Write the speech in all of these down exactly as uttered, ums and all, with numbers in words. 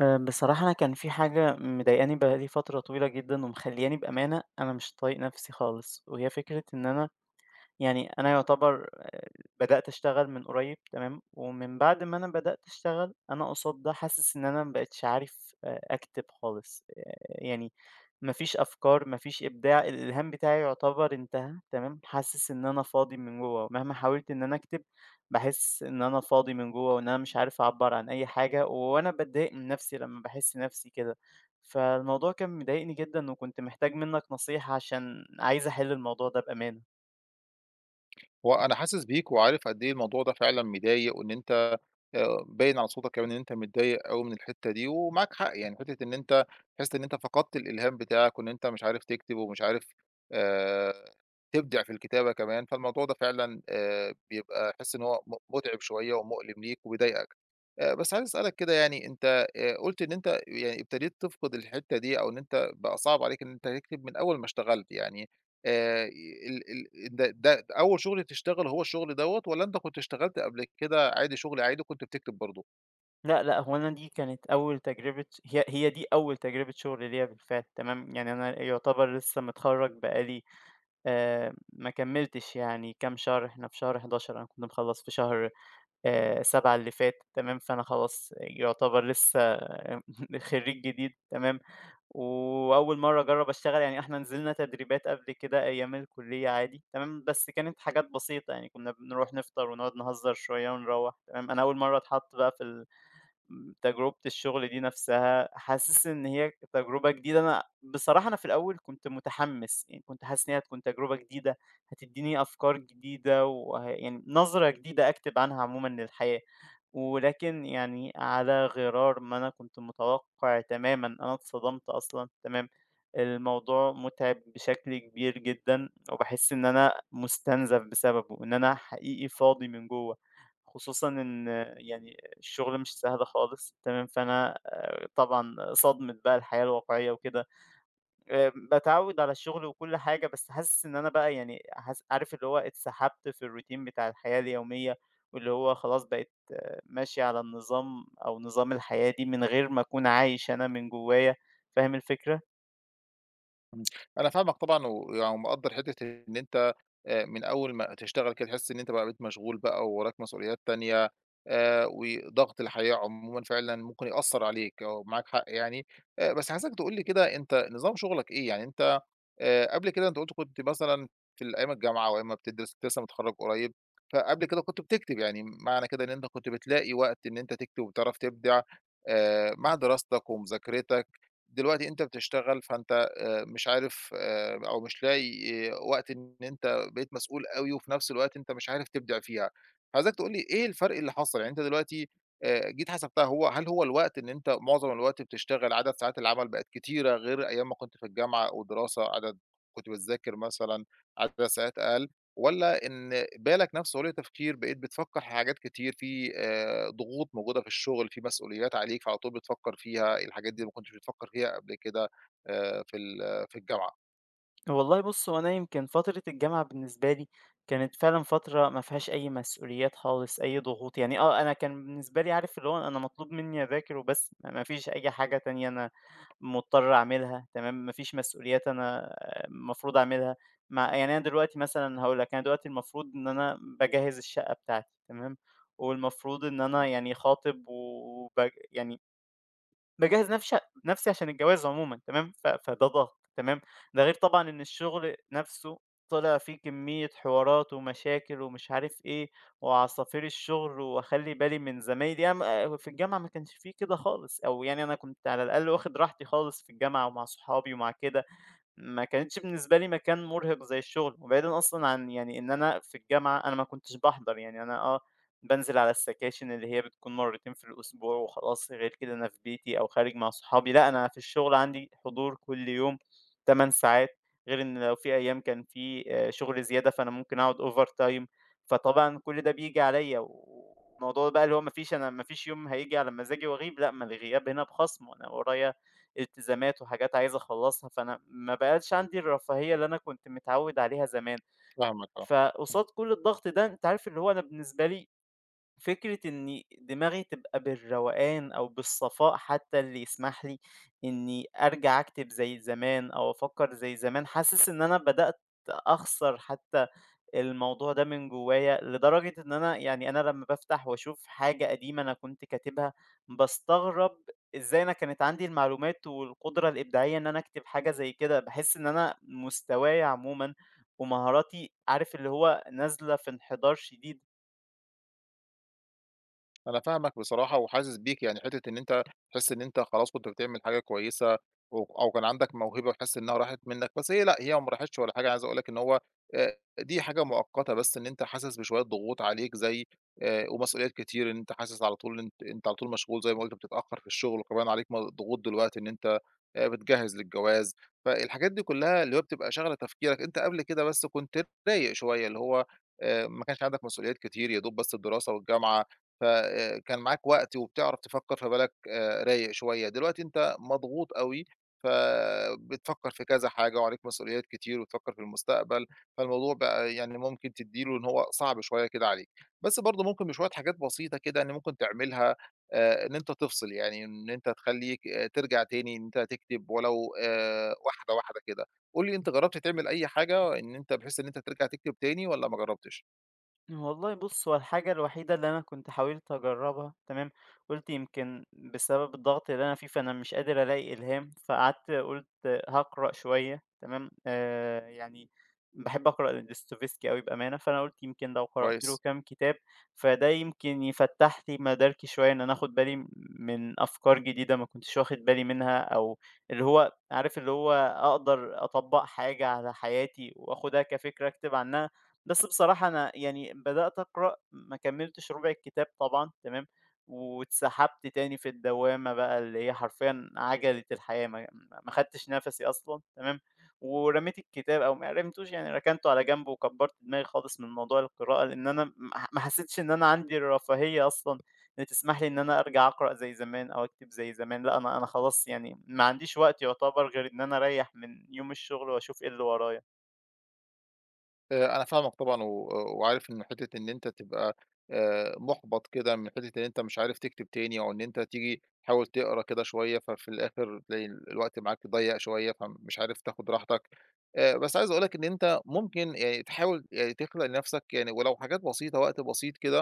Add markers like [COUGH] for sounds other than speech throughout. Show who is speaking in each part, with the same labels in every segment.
Speaker 1: آآ، بصراحة أنا كان في حاجة مضايقاني بقى لي فترة طويلة جدًا ومخلّياني بأمانة أنا مش طايق نفسي خالص، وهي فكرة إن أنا يعني أنا يعتبر آآ، بدأت أشتغل من قريب تمام. ومن بعد ما أنا بدأت أشتغل أنا قصاد ده حاسس إن أنا ما بقيتش عارف آآ، أكتب خالص آآ، يعني ما فيش أفكار، ما فيش إبداع، الإلهام بتاعي يُعتبر انتهى، تمام. حاسس إن أنا فاضي من جوّه، مهما حاولت إن أنا أكتب، باحس إن أنا فاضي من جوّه وإن أنا مش عارف أعبّر عن أي حاجة، وأنا باتضايق من نَفْسي لمّا باحس نَفْسي كده. فالموضوع كان مضايقني جدًا وكنت محتاج منّك نصيحة عشان عايز أحِل الموضوع ده بأمانة.
Speaker 2: هو أنا حاسس بيك وعارف قد إيه الموضوع ده فعلًا مضايق، وإن أنت آآ باين على صوتك كمان إن أنت متضايق أوي من الحتّة دي، ومعاك حق يعني حتّة إن أنت تحس إن أنت فقدت الإلهام بتاعك، وإن أنت مش عارف تكتب ومش عارف آآ تبدع في الكتابة كمان، فالموضوع ده فعلًا آآ بيبقى تحس إن هو م مُتعِب شوية ومؤلم ليك وبيضايقك. آآ بس عايز أسألك كده يعني أنت آآ قُلت إن أنت يعني ابتديت تفقد الحتّة دي أو إن أنت بقى صعب عليك إن أنت تكتب من أول ما اشتغلت يعني آآ ال ال ده ده أول شغل تشتغله هو الشغل دوّة والّا أنت كنت اشتغلت قبل كده عادي شغل عادي وكنت بتكتب برضه؟
Speaker 1: لأ، لأ، هو أنا دي كانت أول تجربة، هي هي دي أول تجربة شُغل ليّا بالفعل، تمام. يعني أنا يُعتبر لسه متخرّج بقى لي آآ ما كمّلتش يعني كام شهر. إحنا في شهر حداشر أنا كنت مخلّص في شهر آآ سبعة اللي فات تمام. فأنا خلاص يعتبر لسه [LAUGHS] خرّيج جديد تمام. وأول مرّة أجرّب أشتغل، يعني إحنا نزلنا تدريبات قبل كده أيام الكُلّية عادي تمام، بس كانت حاجات بسيطة، يعني كُنّا بنروح نفطر ونقعد نهزر شوية ونروّح تمام. أنا أول مرّة أتحط بقى في ال م تجربة الشغل دي نفسها، حاسس إن هي تجربة جديدة. أنا بصراحة أنا في الأول كنت متحمس، يعني كنت حاسس إن هي هتكون تجربة جديدة، هتدّيني أفكار جديدة وه يعني نظرة جديدة أكتب عنها عمومًا للحياة. ولكن يعني على غرار ما أنا كنت متوقع تمامًا، أنا اتصدمت أصلًا تمام. الموضوع متعب بشكل كبير جدًا، وباحس إن أنا مُستنزف بسببه، إن أنا حقيقي فاضي من جوّه، خصوصًا إن يعني الشغل مش سهل خالص تمام. فأنا آآ طبعًا صدمة بقى الحياة الواقعية وكده. آآ باتعوّد على الشغل وكل حاجة، بس حاسس إن أنا بقى يعني حاس عارف اللي هو اتسحبت في الroutine بتاع الحياة اليومية، واللي هو خلاص بقيت ماشي على النظام أو نظام الحياة دي من غير ما أكون عايش أنا من جوايا. فاهم الفكرة؟
Speaker 2: إمم، أنا فاهمك طبعًا ويعني ومقدّر حتّة إن أنت، آآ، من أول ما تشتغل كده تحس إن أنت بقى بقيت مشغول بقى ووراك مسؤوليات تانية، آآ، وضغط الحياة عمومًا فعلًا ممكن يأثّر عليك آه، معاك حق يعني. آآ، بس عايزك تقول لي كده أنت نظام شغلك إيه؟ يعني أنت، آآ، قبل كده أنت قُلت كنت مثلًا في ال أيام الجامعة وأيام ما بتدرس كنت لسه متخرّج قريب، فقبل كده كنت بتكتب يعني معنى كده إن أنت كنت بتلاقي وقت إن أنت تكتب وبتعرف تبدع، آآ، مع دراستك ومذاكرتك، دلوقتي أنت بتشتغل فأنت آآ مش عارف آآ أو مش لاقي آه، وقت إن أنت بقيت مسؤول أوي وفي نفس الوقت أنت مش عارف تبدع فيها. فعايزك تقول لي إيه الفرق اللي حصل؟ يعني أنت دلوقتي آآ جيت حسبتها هو هل هو الوقت إن أنت معظم الوقت بتشتغل عدد ساعات العمل بقت كتيرة غير أيام ما كنت في الجامعة أو دراسة عدد كنت بتذاكر مثلًا عدد ساعات أقل، والّا إن بالك نفسه وهو تفكير بقيت بتفكر في حاجات كتير، في آآ ضغوط موجودة في الشغل، في مسؤوليات عليك فعلى طول بتفكر فيها، الحاجات دي ما كنتش بتفكر فيها قبل كده؟ آآ في ال في الجامعة.
Speaker 1: والله بُص، هو أنا يمكن فترة الجامعة بالنسبة لي كانت فعلًا فترة ما فيهاش أي مسؤوليات خالص، أي ضغوط، يعني آه، أنا كان بالنسبة لي عارف اللي هو أنا مطلوب مني أذاكر وبس، ما فيش أي حاجة تانية أنا مضطر أعملها تمام، ما فيش مسؤوليات أنا المفروض أعملها. مع يعني أنا دلوقتي مثلًا هاقول لك، أنا دلوقتي المفروض إن أنا باجهّز الشقة بتاعتي تمام. والمفروض إن أنا يعني خاطب و وب يعني باجهّز نفش نفسي عشان الجواز عمومًا تمام. ف فده ضغط تمام. ده غير طبعًا إن الشغل نفسه طلع فيه كمية حوارات ومشاكل ومش عارف إيه، وعصافير الشغل وأخلّي بالي من زمايلي. أنا م في الجامعة ما كانش في كده خالص، أو يعني أنا كنت على الأقل واخد راحتي خالص في الجامعة ومع صحابي ومع كده. ما كانتش بالنسبة لي مكان مرهق زي الشغل، وبعيدًا أصلًا عن يعني إن أنا في الجامعة أنا ما كنتش باحضر، يعني أنا آه بانزل على السكاشن اللي هي بتكون مرتين في الأسبوع وخلاص، غير كده أنا في بيتي أو خارج مع صحابي. لأ أنا في الشغل عندي حضور كل يوم 8 ساعات، غير إن لو في أيام كان في آآ شغل زيادة فأنا ممكن أقعد overtime. فطبعًا كل ده بييجي عليَّ، والموضوع بقى اللي هو ما فيش أنا ما فيش يوم هييجي على مزاجي وأغيب، لأ ما الغياب هنا بخصم وأنا ورايا التزامات وحاجات عايز أخلّصها، فأنا ما بقاش عندي الرفاهية اللي أنا كنت متعوّد عليها زمان.
Speaker 2: فاهمك، آه.
Speaker 1: فقصاد كل الضغط ده، أنت عارف اللي هو أنا بالنسبة لي فكرة إن دماغي تبقى بالروقان أو بالصفاء حتى اللي يسمح لي إني أرجع أكتب زي زمان أو أفكّر زي زمان، حاسس إن أنا بدأت أخسر حتى الموضوع ده من جوايا، لدرجة إن أنا يعني أنا لمّا بافتح واشوف حاجة قديمة أنا كنت كاتبها، باستغرب إزاي أنا كانت عندي المعلومات والقدرة الإبداعية إن أنا أكتب حاجة زي كده، باحس إن أنا مستواي عمومًا ومهاراتي عارف اللي هو نازلة في انحدار شديد.
Speaker 2: أنا فاهمك بصراحة وحاسس بيك، يعني حتّة إن أنت تحس إن أنت خلاص كنت بتعمل حاجة كويسة و أو كان عندك موهبة وحاسس إنها راحت منّك، بس هي لأ، هي ما راحتش ولا حاجة. عايز أقول لك إن هو آآ دي حاجة مؤقتة، بس إن أنت حاسس بشوية ضغوط عليك زي آآ ومسؤوليات كتير، إن أنت حاسس على طول، أنت أنت على طول مشغول زي ما قُلت، بتتأخّر في الشغل وكمان عليك م ضغوط دلوقتي إن أنت آآ بتجهّز للجواز، فالحاجات دي كُلّها اللي هو بتبقى شاغلة تفكيرك. أنت قبل كده بس كنت رايق شوية، اللي هو آآ ما كانش عندك مسؤوليات كتير، يا دوب بس الدراسة والجامعة، ف آآ كان معاك وقت وبتعرف تفكّر فبالك آآ رايق شوية. دلوقتي أنت مضغوط أوي، فبتفكّر في كذا حاجة وعليك مسؤوليات كتير وتفكّر في المستقبل، فالموضوع بقى يعني ممكن تدّي له إن هو صعب شوية كده عليك. بس برضه ممكن بشوية حاجات بسيطة كده إن ممكن تعملها، آآ إن أنت تفصل، يعني إن أنت تخلّيك آه، ترجع تاني إن أنت تكتب ولو آآ واحدة، واحدة كده. قُل لي أنت جرّبت تعمل أي حاجة إن أنت بحيث إن أنت ترجع تكتب تاني والّا ما جرّبتش؟
Speaker 1: والله بُص، هو الحاجة الوحيدة اللي أنا كنت حاولت أجرّبها تمام، قُلت يمكن بسبب الضغط اللي أنا فيه، فأنا مش قادر ألاقي إلهام، فقعدت قُلت هاقرأ شوية تمام. آآ يعني باحب أقرأ لدوستويفسكي أوي بأمانة، فأنا قُلت يمكن لو قرأت له
Speaker 2: كويس.
Speaker 1: كام كتاب، فده يمكن يفتّح لي مداركي شوية إن أنا آخُد بالي م من أفكار جديدة ما كنتش واخد بالي منها، أو اللي هو عارف اللي هو أقدر أطبّق حاجة على حياتي وآخُدها كفكرة أكتب عنها. بس بصراحة أنا يعني بدأت أقرأ ما كمّلتش ربع الكتاب طبعًا تمام، واتسحبت تاني في الدوّامة بقى اللي هي حرفيًا عجلة الحياة ما ما خدتش نَفَسي أصلًا تمام. ورميت الكتاب أو ما رميتوش يعني ركنته على جنب وكبّرت دماغي خالص من موضوع القراءة، لإن أنا ما ما حسيتش إن أنا عندي الرفاهية أصلًا اللي تسمح لي إن أنا أرجع أقرأ زي زمان أو أكتب زي زمان، لأ أنا أنا خلاص يعني ما عنديش وقت يعتبر غير إن أنا أريّح من يوم الشغل وأشوف إيه اللي ورايا.
Speaker 2: آآ أنا فاهمك طبعًا و وعارف إن حتّة إن أنت تبقى آآ مُحبَط كده من حتّة إن أنت مش عارف تكتب تاني أو إن أنت تيجي تحاول تقرا كده شوية، ففي الآخر تلاقي ال الوقت معاك ضيّق شوية، فمش عارف تاخُد راحتك. آآ بس عايز أقول لك إن أنت ممكن يعني تحاول يعني تخلق لنَفْسك يعني ولو حاجات بسيطة، وقت بسيط كده.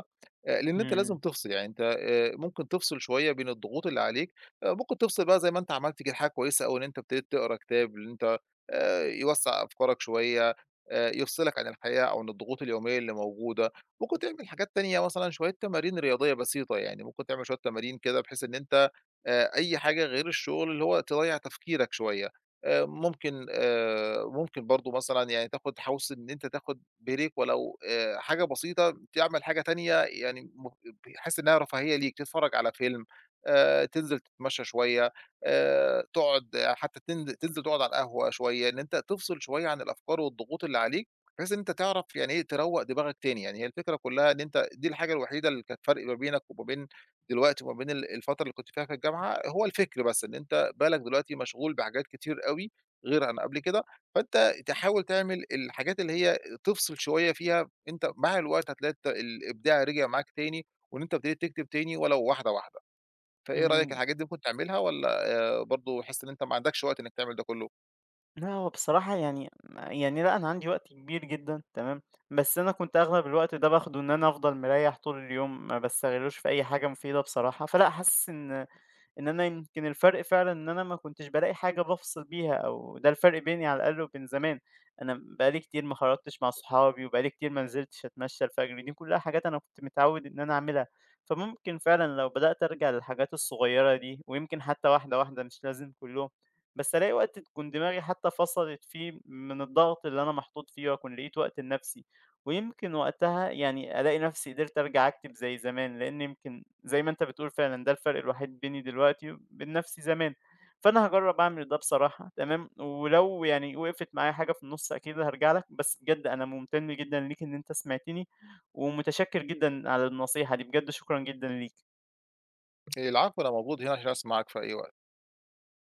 Speaker 2: آآ لإن أنت لازم
Speaker 1: إمم،
Speaker 2: تفصل، يعني أنت آآ ممكن تفصل شوية بين الضغوط اللي عليك. آآ ممكن تفصل بقى زي ما أنت عملت كده حاجة كويسة أوي، إن أنت ابتديت تقرا كتاب، إن أنت آآ يوسّع أفكارك شوية، آآ يفصلك عن الحياة أو عن الضغوط اليومية اللي موجودة. ممكن تعمل حاجات تانية مثلًا شوية تمارين رياضية بسيطة، يعني ممكن تعمل شوية تمارين كده بحيث إن أنت آآ أي حاجة غير الشغل اللي هو تريّح تفكيرك شوية. آآ ممكن آآ ممكن برضه مثلًا يعني تاخد حوس إن أنت تاخد break ولو آآ حاجة بسيطة، تعمل حاجة تانية يعني م بحيث إنها رفاهية ليك، تتفرّج على فيلم، آآ تنزل تتمشى شوية. آآ تقعد حتى تند تنزل تقعد على القهوة شوية، إن أنت تفصل شوية عن الأفكار والضغوط اللي عليك، بحيث إن أنت تعرف يعني إيه تروّق دماغك تاني. يعني هي الفكرة كلّها إن أنت دي الحاجة الوحيدة اللي كانت فرق ما بينك وما بين دلوقتي وما بين ال الفترة اللي كنت فيها في الجامعة، هو الفكر بس، إن أنت بالك دلوقتي مشغول بحاجات كتير أوي غير عن قبل كده. فأنت تحاول تعمل الحاجات اللي هي تفصل شوية فيها، أنت مع الوقت هتلاقي الت الإبداع رجع معاك تاني، وإن أنت ابتديت تكتب تاني ولو واحدة، واحدة. فإيه رأيك
Speaker 1: إمم.
Speaker 2: الحاجات دي ممكن تعملها والّا آآ برضه حاسس إن أنت ما عندكش وقت إنّك تعمل ده كلّه؟
Speaker 1: لأ هو بصراحة يعني يعني لأ أنا عندي وقت كبير جدًا تمام، بس أنا كنت أغلب الوقت ده باخده إن أنا أفضل مريّح طول اليوم، ما باستغلّوش في أي حاجة مفيدة بصراحة، فلأ حاسس إن إن أنا يمكن الفرق فعلًا إن أنا ما كنتش بالاقي حاجة بافصل بيها أو ده الفرق بيني على الأقل وبين زمان، أنا بقى لي كتير ما خرجتش مع صحابي وبقى لي كتير ما نزلتش أتمشى الفجر، دي كلها حاجات أنا كنت متعود إن أنا أعملها، فممكن فعلًا لو بدأت أرجع للحاجات الصغيرة دي ويمكن حتى واحدة واحدة مش لازم كلهم، بس ألاقي وقت تكون دماغي حتى فصلت فيه من الضغط اللي أنا محطوط فيه وأكون لقيت وقت لنفسي. ويمكن وقتها يعني ألاقي نفسي قدرت أرجع أكتب زي زمان، لإن يمكن زي ما أنت بتقول فعلًا ده الفرق الوحيد بيني دلوقتي وبين نفسي زمان، فأنا هاجرّب أعمل ده بصراحة تمام، ولو يعني وقفت معايا حاجة في النُص أكيد هارجع لك، بس بجد أنا ممتن جدًا ليك إن أنت سمعتني، ومتشكر جدًا على النصيحة دي، بجد شكرًا جدًا ليك.
Speaker 2: العفو، أنا موجود هنا عشان أسمعك في أي وقت.